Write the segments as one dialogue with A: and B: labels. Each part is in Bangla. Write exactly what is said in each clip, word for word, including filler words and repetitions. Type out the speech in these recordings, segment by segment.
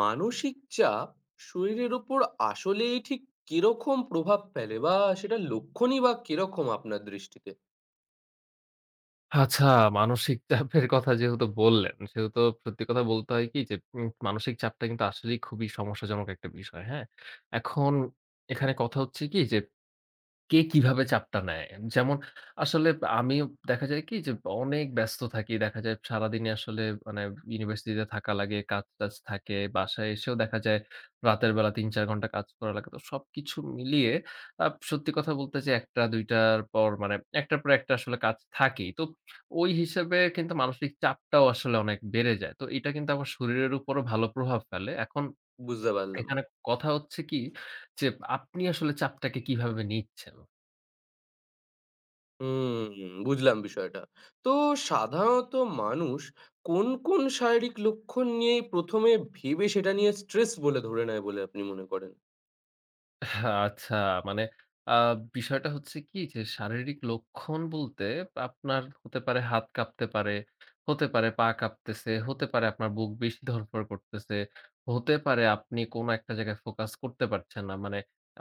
A: মানসিক চাপ শরীরের উপর আসলেই ঠিক কিরকম প্রভাব ফেলে বা সেটা লক্ষণই বা কিরকম আপনার দৃষ্টিতে?
B: আচ্ছা, মানসিক চাপের কথা যেহেতু বললেন, সেহেতু সত্যি কথা বলতে হয় কি যে উম মানসিক চাপটা কিন্তু আসলেই খুবই সমস্যাজনক একটা বিষয়। হ্যাঁ? এখন এখানে কথা হচ্ছে কি যে কে কিভাবে চাপটা নেয়? যেমন আসলে আমি দেখা যায় কি যে অনেক ব্যস্ত থাকি। দেখা যায় সারাদিনে আসলে মানে ইউনিভার্সিটিতে থাকা লাগে, কাজ-টাজ থাকে। বাসায় এসেও দেখা যায় রাতের বেলা তিন চার ঘন্টা কাজ করা লাগে। তো সবকিছু মিলিয়ে আ সত্যি কথা বলতে যে ১টা-দুই টার পর মানে এক টার পর এক টা আসলে কাজ থাকেই। তো ওই হিসেবে কিন্তু মানসিক চাপটাও আসলে অনেক বেড়ে যায়। তো এটা কিন্তু আমার শরীরের উপরও ভালো প্রভাব ফেলে। এখন
A: বুঝতে পারলাম।
B: এখানে কথা হচ্ছে কি যে আপনি আসলে চাপটাকে কিভাবে নিচ্ছেন?
A: হুম, বুঝলাম বিষয়টা। তো সাধারণত মানুষ কোন, কোন শারীরিক লক্ষণ নিয়ে প্রথমে এ ভেবে সেটা নিয়ে স্ট্রেস বলে ধরে নেয় বলে আপনি মনে করেন?
B: আচ্ছা, মানে আ বিষয়টা হচ্ছে কি যে শারীরিক লক্ষণ বলতে আপনার হতে পারে হাত কাঁপতে পারে, হতে পারে পা কাঁপতেছে, হতে পারে আপনার বুক বেশি ধড়ফড় করতেছে, হতে পারে আপনি কোনো একটা জায়গায় ফোকাস করতে পারছেন না। মানে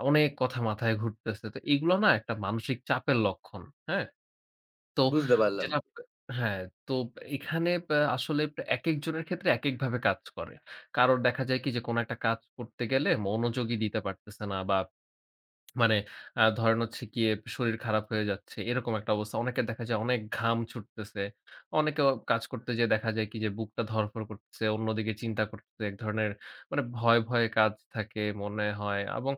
B: অনেক কথা মাথায় ঘুরতেছে। তো এগুলো না একটা মানসিক চাপের লক্ষণ। হ্যাঁ? তো
A: বুঝতে পারলাম।
B: যেটা হ্যাঁ, তো এখানে আ আসলে একেকজনের ক্ষেত্রে একেকভাবে কাজ করে। কারোর দেখা যায় কি যে কোনো একটা কাজ করতে গেলে মনোযোগই দিতে পারতেছে না বা মানে আ ধরেন হচ্ছে গিয়ে শরীর খারাপ হয়ে যাচ্ছে। এরকম একটা অবস্থা। অনেকের দেখা যায় অনেক ঘাম ছুটতেছে। অনেকেও কাজ করতে যেয়ে দেখা যায় কি যে বুকটা ধড়ফড় করতেছে, অন্যদিকে চিন্তা করতেছে। এক ধরনের মানে ভয়, ভয় কাজ থাকে মনে হয় এবং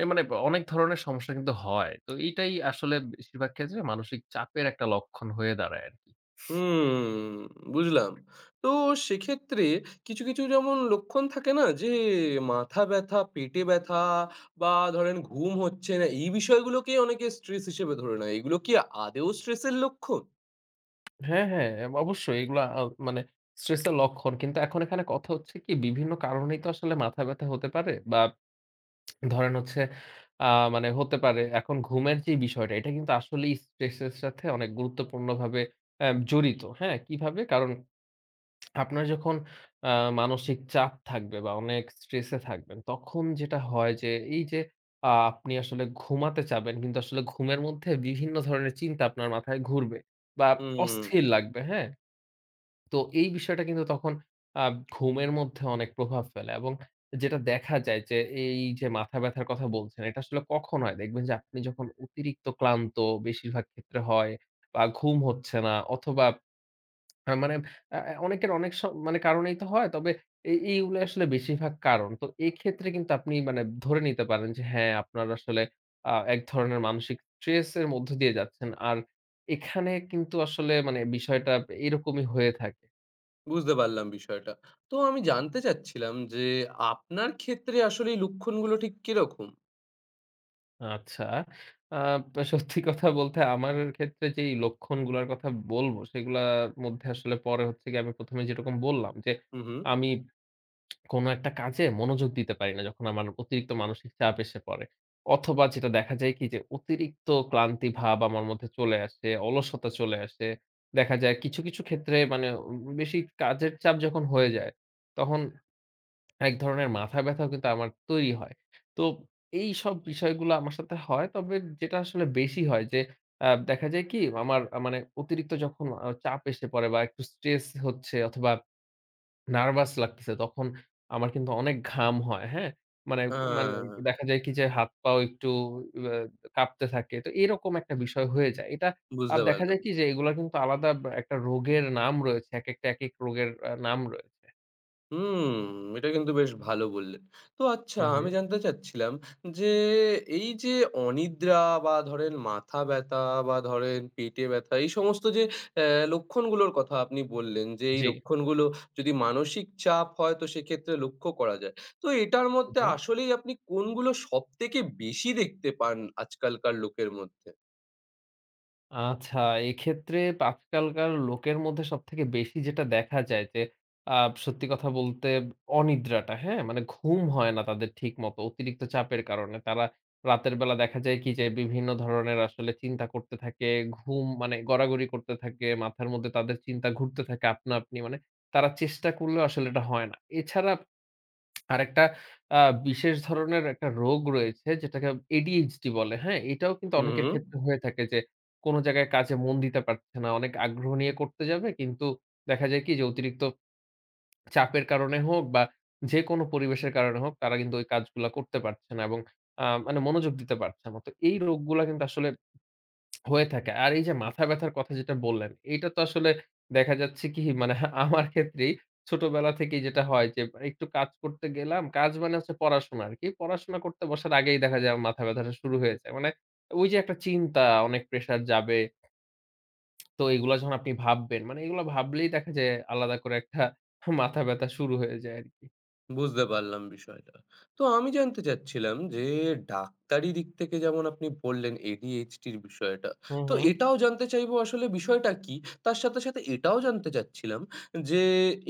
B: এ মানে অনেক ধরনের সমস্যা কিন্তু হয়। তো এইটাই আসলে বেশিরভাগ ক্ষেত্রে মানসিক চাপের একটা লক্ষণ হয়ে দাঁড়ায় আরকি।
A: হুম, বুঝলাম। তো সেক্ষেত্রে কিছু, কিছু যেমন লক্ষণ থাকে না? যে মাথা ব্যথা, পেটে ব্যথা বা ধরেন ঘুম হচ্ছে না, এই বিষয়গুলোকেই অনেকে স্ট্রেস হিসেবে ধরে নেয়। এগুলো কি আদৌ স্ট্রেসের লক্ষণ?
B: হ্যাঁ, হ্যাঁ। এব অবশ্যই এগুলা আ মানে স্ট্রেসের লক্ষণ। কিন্তু এখন এখানে কথা হচ্ছে কি বিভিন্ন কারণেই তো আসলে মাথা ব্যাথা হতে পারে বা ধরেন হচ্ছে আ মানে হতে পারে এখন ঘুমের যে বিষয়টা এটা কিন্তু আসলেই স্ট্রেস এর সাথে অনেক গুরুত্বপূর্ণভাবে অ্যা জড়িত। হ্যাঁ? কিভাবে? কারণ আপনার যখন আ মানসিক চাপ থাকবে বা অনেক স্ট্রেস এ থাকবেন তখন যেটা হয় যে এই যে আ আপনি আসলে ঘুমাতে চাবেন কিন্তু আসলে ঘুমের মধ্যে বিভিন্ন ধরনের চিন্তা আপনার মাথায় ঘুরবে বা
A: হুম,
B: অস্থির লাগবে। হ্যাঁ? তো এই বিষয়টা কিন্তু তখন আ ঘুমের মধ্যে অনেক প্রভাব ফেলে এবং যেটা দেখা যায় যে এই যে মাথা ব্যাথার কথা বলছেন, এটা আসলে কখন হয়? দেখবেন যে আপনি যখন অতিরিক্ত ক্লান্ত বেশিরভাগ ক্ষেত্রে হয় বা ঘুম হচ্ছে না অথবা আ মানে আ আ অনেকের অনেক স মানে কারণেই তো হয়। তবে এই এইগুলো আসলে বেশিরভাগ কারণ। তো এক্ষেত্রে কিন্তু আপনি মানে ধরে নিতে পারেন যে হ্যাঁ, আপনার আসলে আ এক ধরনের মানসিক স্ট্রেস এর মধ্য দিয়ে যাচ্ছেন। আর এখানে কিন্তু আসলে মানে বিষয়টা এরকমই হয়ে থাকে।
A: বুঝতে পারলাম বিষয়টা। তো আমি জানতে চাচ্ছিলাম যে আপনার ক্ষেত্রে আসলে এই লক্ষণগুলো ঠিক কিরকম?
B: আচ্ছা। আ সত্যি কথা বলতে আমার ক্ষেত্রে যেই লক্ষণগুলার কথা বলবো, সেগুলার মধ্যে আসলে পরে হচ্ছে গিয়ে আমি ১ম এ যেরকম বললাম যে,
A: হু, হু।
B: আমি কোন একটা কাজে মনোযোগ দিতে পারি না যখন আমার অতিরিক্ত মানসিক চাপ এসে পড়ে। অথবা যেটা দেখা যায় কি যে, অতিরিক্ত ক্লান্তি ভাব আমার মধ্যে চলে আসে, অলসতা চলে আসে। দেখা যায় কিছু, কিছু ক্ষেত্রে মানে উম বেশি কাজের চাপ যখন হয়ে যায়, তখন এক ধরনের মাথা ব্যাথাও কিন্তু আমার তৈরি হয়। তো এইসব বিষয়গুলো আমার সাথে হয়। তবে যেটা আসলে বেশি হয় যে আ দেখা যায় কি আমার আ মানে অতিরিক্ত যখন আ চাপ এসে পড়ে বা একটু স্ট্রেস হচ্ছে অথবা নার্ভাস লাগতেছে তখন আমার কিন্তু অনেক ঘাম হয়, হ্যাঁ? মানে মানে
A: হ্যাঁ,
B: দেখা যায় কি যে হাত পাও একটু আ কাঁপতে থাকে। তো এরকম একটা বিষয় হয়ে যায়। এটা আর
A: বুঝতে
B: দেখা
A: পারলাম।
B: যায় কি যে এগুলা কিন্তু আলাদা বা একটা রোগের নাম রয়েছে। একেকটা একেক রোগের আ নাম রয়েছে।
A: হুম, এটা কিন্তু বেশ ভালো বললেন। তো আচ্ছা
B: হু,
A: আমি
B: হু।
A: জানতে চাচ্ছিলাম যে, এই যে অনিদ্রা বা ধরেন মাথা ব্যাথা বা ধরেন পেটে ব্যাথা এই সমস্ত যে অ্যা লক্ষণগুলোর কথা আপনি বললেন যে, এই
B: জি।
A: লক্ষণগুলো যদি মানসিক চাপ হয় তো সেক্ষেত্রে লক্ষ্য করা যায়। তো এটার
B: হু,
A: মধ্যে
B: হু।
A: আসলেই আপনি কোনগুলো সবথেকে বেশি দেখতে পান আজকালকার লোকের মধ্যে?
B: আচ্ছা, এক্ষেত্রে আজকালকার লোকের মধ্যে সবথেকে বেশি যেটা দেখা যায় যে, আ সত্যি কথা বলতে অনিদ্রাটা, হ্যাঁ? মানে ঘুম হয় না তাদের ঠিকমতো অতিরিক্ত চাপের কারণে। তারা রাতের বেলা দেখা যায় কি যে, বিভিন্ন ধরনের আসলে চিন্তা করতে থাকে, ঘুম মানে গড়াগড়ি করতে থাকে, মাথার মধ্যে তাদের চিন্তা ঘুরতে থাকে আপনা আপনি। মানে তারা চেষ্টা করলেও আসলে এটা হয় না। এছাড়া আরেকটা আ বিশেষ ধরনের একটা রোগ রয়েছে যেটাকে এ ডি এইচ ডি বলে, হ্যাঁ? এটাও কিন্তু
A: হু,
B: অনেকের
A: হু।
B: ক্ষেত্রে হয়ে থাকে যে, কোন জায়গায় কাজে মন দিতে পারছে না। অনেক আগ্রহ নিয়ে করতে যাবে কিন্তু দেখা যায় কি যে অতিরিক্ত চাপের কারণে হোক বা যেকোনো পরিবেশের কারণে হোক তারা কিন্তু ওই কাজগুলা করতে পারছে না এবং আ মানে মনোযোগ দিতে পারছে না। তো এই রোগগুলা কিন্তু আসলে হয়ে থাকে। আর এই যে মাথা ব্যাথার কথা যেটা বললেন, এইটা তো আসলে দেখা যাচ্ছে কি মানে হ্যাঁ, আমার ক্ষেত্রেই ছোটবেলা থেকেই যেটা হয় যে মানে একটু কাজ করতে গেলাম, কাজ মানে হচ্ছে পড়াশোনা আরকি। পড়াশোনা করতে বসার আগেই দেখা যায় আমার মাথা ব্যাথাটা শুরু হয়ে যায়। মানে ওই যে একটা চিন্তা অনেক প্রেশার যাবে। তো এগুলা যখন আপনি ভাববেন, মানে এগুলো ভাবলেই দেখা যায় আলাদা করে একটা মাথা ব্যাথা শুরু হয়ে যায় আরকি।
A: বুঝতে পারলাম বিষয়টা। তো আমি জানতে চাচ্ছিলাম যে ডাক্তারি দিক থেকে যেমন আপনি বললেন ADHDর বিষয়টা।
B: হু,
A: তো
B: হু,
A: এটাও জানতে চাইবো আসলে বিষয়টা কি? তার সাথে, সাথে এটাও জানতে চাচ্ছিলাম যে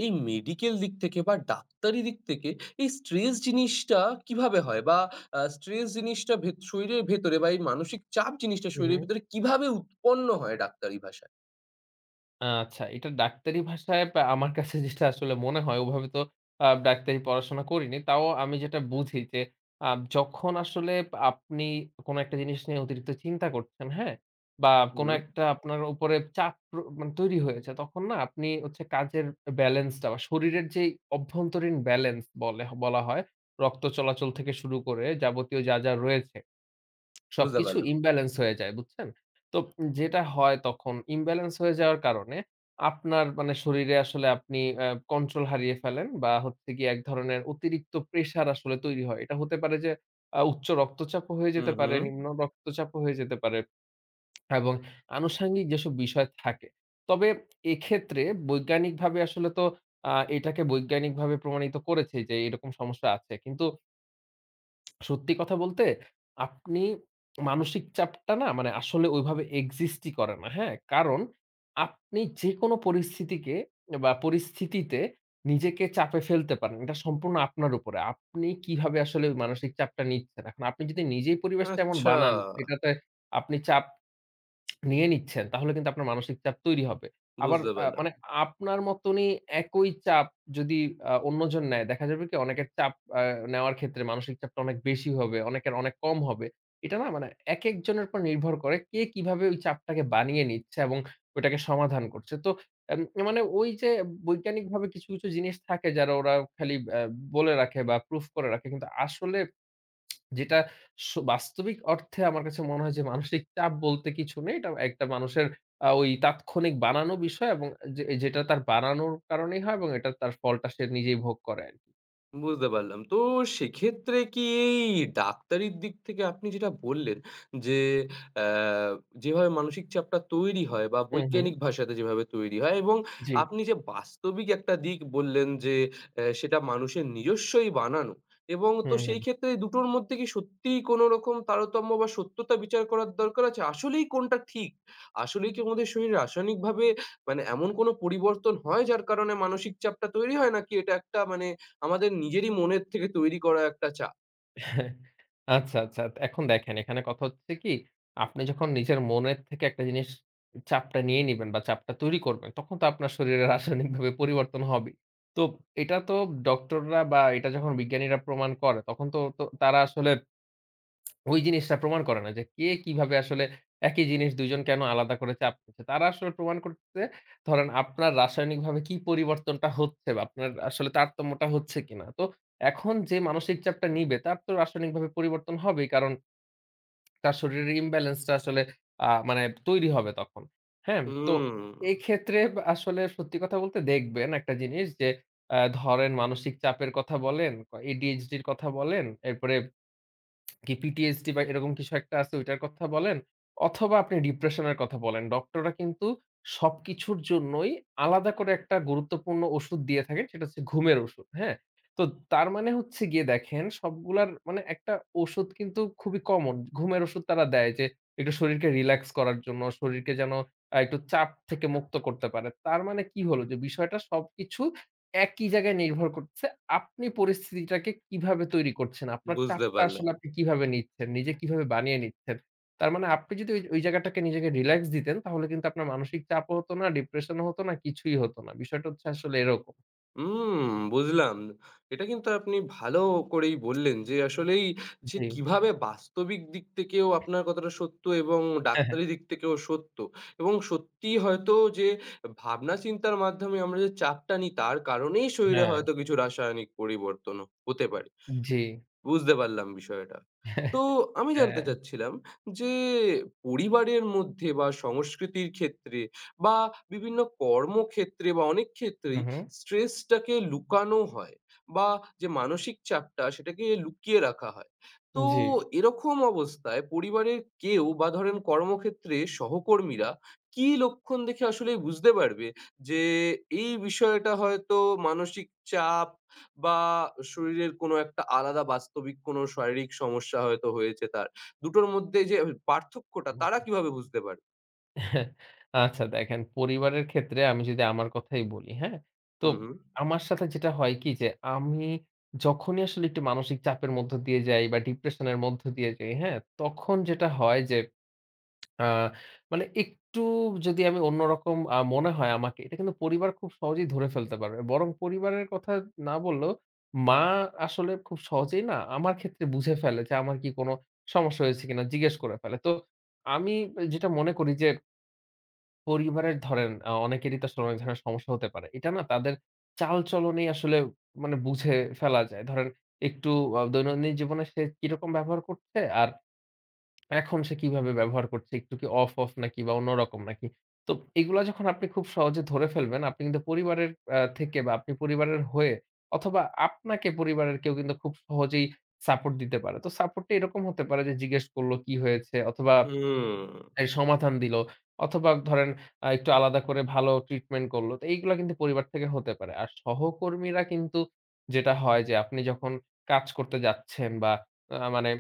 A: এই মেডিকেল দিক থেকে বা ডাক্তারি দিক থেকে এই স্ট্রেস জিনিসটা কিভাবে হয়? বা আ স্ট্রেস জিনিসটা ভেত শরীরের ভেতরে বা এই মানসিক চাপ জিনিসটা
B: হু, হু।
A: শরীরের ভেতরে কিভাবে উৎপন্ন হয় ডাক্তারি ভাষায়?
B: আচ্ছা, এটা ডাক্তারি ভাষায় বা আমার কাছে যেটা আসলে মনে হয় ওভাবে তো আ ডাক্তারি পড়াশোনা করিনি। তাও আমি যেটা বুঝি যে আ যখন আসলে আপনি কোন একটা জিনিস নিয়ে অতিরিক্ত চিন্তা করছেন, হ্যাঁ? বা কোন
A: হুম,
B: একটা আপনার উপরে চাপ প্র মানে তৈরি হয়েছে তখন না আপনি হচ্ছে কাজের ব্যালেন্সটা বা শরীরের যেই অভ্যন্তরীণ ব্যালেন্স বলে বলা হয়, রক্ত চলাচল থেকে শুরু করে যাবতীয় যা, যা রয়েছে
A: বুঝতে
B: সবকিছু
A: পারলাম।
B: ইমব্যালেন্স হয়ে যায়, বুঝছেন? তো যেটা হয় তখন ইমব্যালেন্স হয়ে যাওয়ার কারণে আপনার মানে শরীরে আসলে আপনি অ্যা কন্ট্রোল হারিয়ে ফেলেন বা হচ্ছে গিয়ে এক ধরনের অতিরিক্ত প্রেশার আসলে তৈরি হয়। এটা হতে পারে যে আ উচ্চ রক্তচাপও হয়ে
A: হুম,
B: যেতে পারে,
A: হুম।
B: নিম্ন রক্তচাপও হয়ে যেতে পারে এবং আনুষাঙ্গিক যেসব বিষয় থাকে। তবে এক্ষেত্রে বৈজ্ঞানিকভাবে আসলে তো আ এটাকে বৈজ্ঞানিকভাবে প্রমাণিত করেছে যে এরকম সমস্যা আছে। কিন্তু সত্যি কথা বলতে আপনি মানসিক চাপটা না মানে আসলে ওইভাবে এক্সিস্টই করে না। হ্যাঁ? কারণ আপনি যেকোনো পরিস্থিতিকে বা পরিস্থিতিতে নিজেকে চাপে ফেলতে পারেন। এটা সম্পূর্ণ আপনার উপরে। আপনি কিভাবে আসলে ওই মানসিক চাপটা নিচ্ছেন। এখন আপনি যদি নিজেই পরিবেশটা এমন
A: আচ্ছা,
B: বানান যেটাতে আপনি চাপ নিয়ে নিচ্ছেন, তাহলে কিন্তু আপনার মানসিক চাপ তৈরি হবে। আবার
A: বুঝতে
B: আ
A: পারলাম।
B: মানে আপনার মতনই একই চাপ যদি আ অন্যজন নেয়, দেখা যাবে কি অনেকের চাপ আ নেওয়ার ক্ষেত্রে মানসিক চাপটা অনেক বেশি হবে, অনেকের অনেক কম হবে। এটা না মানে একেকজনের উপর নির্ভর করে কে কিভাবে ওই চাপটাকে বানিয়ে নিচ্ছে এবং ওটাকে সমাধান করছে। তো এম মানে ওই যে বৈজ্ঞানিকভাবে কিছু, কিছু জিনিস থাকে যারা ওরা খালি আ বলে রাখে বা প্রুফ করে রাখে। কিন্তু আসলে যেটা স বাস্তবিক অর্থে আমার কাছে মনে হয় যে মানসিক চাপ বলতে কিছু নেই। এটা একটা মানুষের আ ওই তাৎক্ষণিক বানানো বিষয় এবং যে যেটা তার বানানোর কারণেই হয় এবং এটা তার ফলটা সে নিজেই ভোগ করে আরকি।
A: বুঝতে পারলাম। তো সেক্ষেত্রে কি এই ডাক্তারির দিক থেকে আপনি যেটা বললেন যে, অ্যা যেভাবে মানসিক চাপটা তৈরি হয় বা
B: হুম, হুম।
A: বৈজ্ঞানিক ভাষাতে যেভাবে তৈরি হয় এবং
B: জি।
A: আপনি যে বাস্তবিক একটা দিক বললেন যে, অ্যা সেটা মানুষের নিজস্বই বানানো এবং তো
B: হুম,
A: সেই
B: হুম।
A: ক্ষেত্রে এই দুটোর মধ্যে কি সত্যিই কোনো রকম তারতম্য বা সত্যতা বিচার করার দরকার আছে? আসলেই কোনটা ঠিক? আসলেই কি আমাদের শরীরে রাসায়নিকভাবে মানে এমন কোনো পরিবর্তন হয় যার কারণে মানসিক চাপটা তৈরি হয়? নাকি এটা একটা মানে আমাদের নিজেরই মনের থেকে তৈরি করা একটা চা।
B: আচ্ছা, আচ্ছা। এখন দেখেন এখানে কথা হচ্ছে কি, আপনি যখন নিজের মনের থেকে একটা জিনিস চাপটা নিয়ে নিবেন বা চাপটা তৈরি করবেন, তখন তো আপনার শরীরে রাসায়নিকভাবে পরিবর্তন হবেই। তো এটা তো ডক্টররা বা এটা যখন বিজ্ঞানীরা প্রমাণ করে তখন তো তো তারা আসলে ওই জিনিসটা প্রমাণ করে না যে কে কিভাবে আসলে একই জিনিস দুই জন কেন আলাদা করে চাপ নিচ্ছে। তারা আসলে প্রমাণ করছে ধরেন আপনার রাসায়নিকভাবে কি পরিবর্তনটা হচ্ছে বা আপনার আসলে তারতম্যটা হচ্ছে কিনা। তো এখন যে মানসিক চাপটা নিবে তার তো রাসায়নিকভাবে পরিবর্তন হবেই। কারণ তার শরীরের imbalance টা আসলে আ মানে তৈরি হবে তখন। হ্যাঁ? তো
A: হুম,
B: এক্ষেত্রে বা আসলে সত্যি কথা বলতে দেখবেন একটা জিনিস যে আ ধরেন মানসিক চাপের কথা বলেন, ক এ ডি এইচ ডি র কথা বলেন, এরপরে কি পি টি এস ডি বা এরকম কিছু একটা আছে ওইটার কথা বলেন, অথবা আপনি ডিপ্রেশন এর কথা বলেন। ডক্টররা কিন্তু সবকিছুর জন্যই আলাদা করে একটা গুরুত্বপূর্ণ ওষুধ দিয়ে থাকেন। সেটা হচ্ছে ঘুমের ওষুধ, হ্যাঁ? তো তার মানে হচ্ছে গিয়ে দেখেন সবগুলার মানে একটা ওষুধ কিন্তু খুবই কমন। ঘুমের ওষুধ তারা দেয় যে একটু শরীরকে রিল্যাক্স করার জন্য, শরীরকে যেন আ একটু চাপ থেকে মুক্ত করতে পারে। তার মানে কি হলো যে বিষয়টা সবকিছু একই জায়গায় নির্ভর করছে। আপনি পরিস্থিতিটাকে কিভাবে তৈরি করছেন? আপনার
A: বুঝতে
B: চাপটা
A: পারলাম।
B: আসলে আপনি কিভাবে নিচ্ছেন? নিজে কিভাবে বানিয়ে নিচ্ছেন? তার মানে আপনি যদি ওই ওই জায়গাটাকে নিজেকে রিল্যাক্স দিতেন, তাহলে কিন্তু আপনার মানসিক চাপও হতো না, ডিপ্রেশন ও হতো না, কিছুই হতো না। বিষয়টা হচ্ছে আসলে এরকম।
A: হুম, বুঝলাম। এটা কিন্তু আপনি ভালো করেই বললেন যে আসলেই যে
B: জি।
A: কিভাবে বাস্তবিক দিক থেকেও আপনার কথাটা সত্য এবং
B: হ্যাঁ, হ্যাঁ।
A: ডাক্তারি দিক থেকেও সত্য। এবং সত্যিই হয়তো যে ভাবনা চিন্তার মাধ্যমে আমরা যে চাপটা নিই তার কারণেই শরীরে হয়তো কিছু রাসায়নিক পরিবর্তন হতে পারে।
B: জি।
A: বুঝতে পারলাম বিষয়টা। তো আমি জানতে
B: হ্যাঁ,
A: চাচ্ছিলাম যে পরিবারের মধ্যে বা সংস্কৃতির ক্ষেত্রে বা বিভিন্ন কর্মক্ষেত্রে বা অনেক ক্ষেত্রেই
B: হুম, হুম,
A: স্ট্রেসটাকে লুকানো হয় বা যে মানসিক চাপটা সেটাকে লুকিয়ে রাখা হয়। তো
B: জি।
A: এরকম অবস্থায় পরিবারের কেউ বা ধরেন কর্মক্ষেত্রে সহকর্মীরা কি লক্ষণ দেখে আসলে বুঝতে পারবে যে এই বিষয়টা হয়তো মানসিক চাপ বা শরীরের কোনো একটা আলাদা বাস্তবিক কোনো শারীরিক সমস্যা হয়তো হয়েছে তার। দুটোর মধ্যে যে পার্থক্যটা তারা কিভাবে বুঝতে পারে?
B: আচ্ছা দেখেন পরিবারের ক্ষেত্রে আমি যদি আমার কথাই বলি, হ্যাঁ? তো
A: হুম, হুম।
B: আমার সাথে যেটা হয় কি যে আমি যখনই আসলে একটু মানসিক চাপের মধ্য দিয়ে যাই বা ডিপ্রেশন এর মধ্য দিয়ে যাই, হ্যাঁ? তখন যেটা হয় যে আ মানে একটু যদি আমি অন্যরকম আ মনে হয় আমাকে, এটা কিন্তু পরিবার খুব সহজেই ধরে ফেলতে পারবে। বরং পরিবারের কথা না বললেও মা আসলে খুব সহজেই না আমার ক্ষেত্রে বুঝে ফেলে যে আমার কি কোনো সমস্যা হয়েছে কিনা জিজ্ঞেস করে ফেলে। তো আমি যেটা মনে করি যে পরিবারের ধরেন আ অনেকেরই তো আসলে অনেক ধরনের সমস্যা হতে পারে। এটা না তাদের চালচলনেই আসলে মানে বুঝে ফেলা যায়। ধরেন একটু আ দৈনন্দিন জীবনে সে কিরকম ব্যবহার করছে আর এখন সে কিভাবে ব্যবহার করছে, একটু কি অফ, অফ নাকি বা অন্যরকম নাকি। তো এগুলা যখন আপনি খুব সহজে ধরে ফেলবেন, আপনি কিন্তু পরিবারের আ থেকে বা আপনি পরিবারের হয়ে অথবা আপনাকে পরিবারের কেউ কিন্তু খুব সহজেই সাপোর্ট দিতে পারে। তো সাপোর্ট টা এরকম হতে পারে যে জিজ্ঞেস করল কি হয়েছে অথবা
A: হুম,
B: এই সমাধান দিল। অথবা ধরেন আ একটু আলাদা করে ভালো ট্রিটমেন্ট করল। তো এইগুলা কিন্তু পরিবার থেকে হতে পারে। আর সহকর্মীরা কিন্তু যেটা হয় যে আপনি যখন কাজ করতে যাচ্ছেন বা আ মানে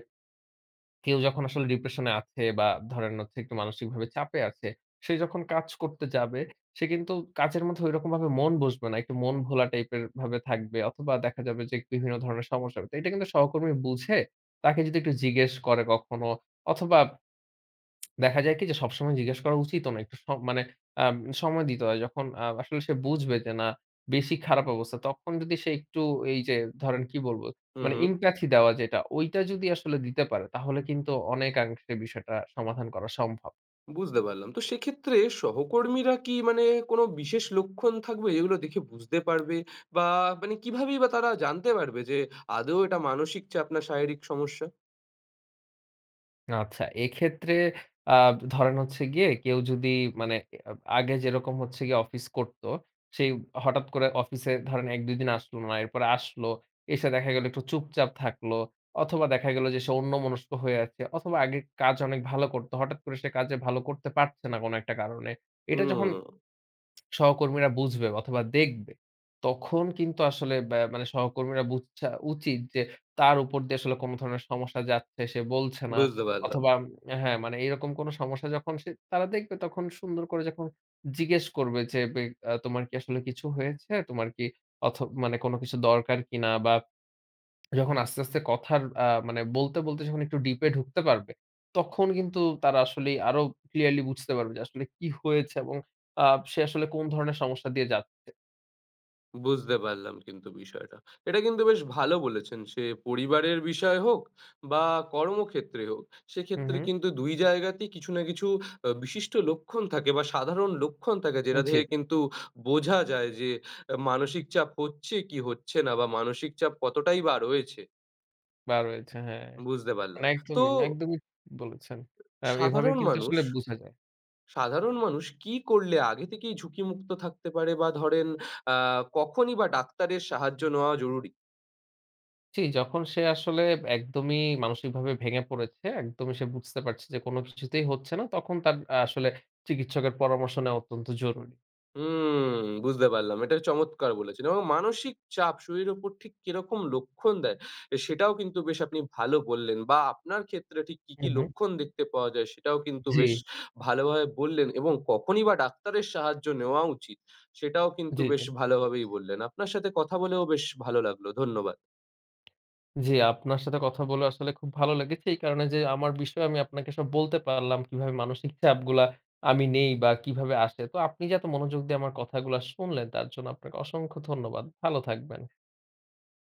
B: কেউ যখন আসলে ডিপ্রেশন এ আছে বা ধরেন হচ্ছে একটু মানসিকভাবে চাপে আছে, সে যখন কাজ করতে যাবে, সে কিন্তু কাজের মধ্যে ঐরকমভাবে মন বসবে না। একটু মন ভোলা টাইপের ভাবে থাকবে অথবা দেখা যাবে যে বিভিন্ন ধরনের সমস্যা হবে। তো এটা কিন্তু সহকর্মী বুঝে তাকে যদি একটু জিজ্ঞেস করে কখনো অথবা দেখা যায় কি যে সবসময় জিজ্ঞেস করা উচিতও না। একটু স মানে আম সময় দিতে হয়। যখন আ আসলে সে বুঝবে যে না বেশি খারাপ অবস্থা, তখন যদি সে একটু এই যে ধরেন কি বলব?
A: হুম,
B: মানে
A: হুম।
B: empathy দেওয়া যেটা, ঐটা যদি আসলে দিতে পারে তাহলে কিন্তু অনেকাংশে বিষয়টা সমাধান করা সম্ভব।
A: বুঝতে পারলাম। তো সেক্ষেত্রে সহকর্মীরা কি মানে কোনো বিশেষ লক্ষণ থাকবে যেগুলো দেখে বুঝতে পারবে বা মানে কিভাবেই বা তারা জানতে পারবে যে আদৌ এটা মানসিক চাপ না শারীরিক সমস্যা?
B: আচ্ছা, এক্ষেত্রে আ ধরেন হচ্ছে গিয়ে কেউ যদি মানে আ আগে যেরকম হচ্ছে গিয়ে অফিস করতো, সেই হঠাৎ করে অফিসে ধরেন এক দুই দিন আসলো না। এরপরে আসলো, এসে দেখা গেল একটু চুপচাপ থাকলো অথবা দেখা গেল যে সে অন্যমনস্ক হয়ে আছে অথবা আগে কাজ অনেক ভালো করতো। হঠাৎ করে সে কাজে ভালো করতে পারছে না কোনো একটা কারণে। এটা যখন
A: হুম,
B: সহকর্মীরা বুঝবে অথবা দেখবে, তখন কিন্তু আসলে ব্যা মানে সহকর্মীরা বুঝা উচিত যে তার উপর দিয়ে আসলে কোন ধরনের সমস্যা যাচ্ছে, সে বলছে না
A: বুঝতে পারলাম।
B: অথবা উম, হ্যাঁ, মানে এরকম কোন সমস্যা যখন সে তারা দেখবে তখন সুন্দর করে যখন জিজ্ঞেস করবে যে বে আ তোমার কি আসলে কিছু হয়েছে? তোমার কি অথ মানে কোন কিছু দরকার কিনা বা যখন আস্তে, আস্তে কথার আ মানে বলতে, বলতে যখন একটু ডিপ এ ঢুকতে পারবে, তখন কিন্তু তারা আসলেই আরো ক্লিয়ারলি বুঝতে পারবে যে আসলে কি হয়েছে এবং আ সে আসলে কোন ধরনের সমস্যা দিয়ে যাচ্ছে।
A: বুঝতে পারলাম কিন্তু বিষয়টা। এটা কিন্তু বেশ ভালো বলেছেন। সে পরিবারের বিষয় হোক বা কর্মক্ষেত্রে হোক,
B: হু,
A: সেক্ষেত্রে
B: হু।
A: কিন্তু দুই জায়গাতেই কিছু না কিছু আ বিশিষ্ট লক্ষণ থাকে বা সাধারণ লক্ষণ থাকে যেটা থেকে
B: উচিত
A: কিন্তু বোঝা যায় যে আ মানসিক চাপ হচ্ছে কি হচ্ছে না বা মানসিক চাপ কতটাই বা রয়েছে।
B: বা রয়েছে, হ্যাঁ।
A: বুঝতে
B: মানে
A: পারলাম। তো
B: একদমই, একদমই ঠিক বলেছেন। আ এভাবে
A: সাধারণ
B: কিন্তু
A: মানুষ
B: আসলে বুঝা যায়।
A: সাধারণ মানুষ কি করলে আগে থেকেই ঝুঁকিমুক্ত থাকতে পারে বা ধরেন আ কখনই বা ডাক্তারের সাহায্য নেওয়া জরুরি?
B: জি, যখন সে আসলে একদমই মানসিকভাবে ভেঙে পড়েছে, একদমই সে বুঝতে পারছে যে কোন কিছুতেই হচ্ছে না, তখন তার আ আসলে চিকিৎসকের পরামর্শ নেওয়া অত্যন্ত জরুরি।
A: হুম, বুঝতে পারলাম। এটা চমৎকার বলেছেন এবং মানসিক চাপ শরীরের উপর ঠিক কিরকম লক্ষণ দেয়, এ সেটাও কিন্তু বেশ আপনি ভালো বললেন বা আপনার ক্ষেত্রে ঠিক কি,
B: হু,
A: কি
B: হু।
A: লক্ষণ দেখতে পাওয়া যায় সেটাও কিন্তু
B: জি,
A: বেশ ভালোভাবে বললেন এবং কখনই বা ডাক্তারের সাহায্য নেওয়া উচিত, সেটাও কিন্তু
B: জি,
A: বেশ
B: জি।
A: ভালোভাবেই বললেন। আপনার সাথে কথা বলেও বেশ ভালো লাগলো। ধন্যবাদ।
B: জি, আপনার সাথে কথা বলে আসলে খুব ভালো লেগেছে। এই কারণে যে আমার বিষয়ে আমি আপনাকে সব বলতে পারলাম, কিভাবে মানসিক চাপগুলা আমি নেই বা কিভাবে আসে। তো আপনি যে এত মনোযোগ দিয়ে আমার কথাগুলা শুনলেন, তার জন্য আপনাকে অসংখ্য ধন্যবাদ। ভালো থাকবেন।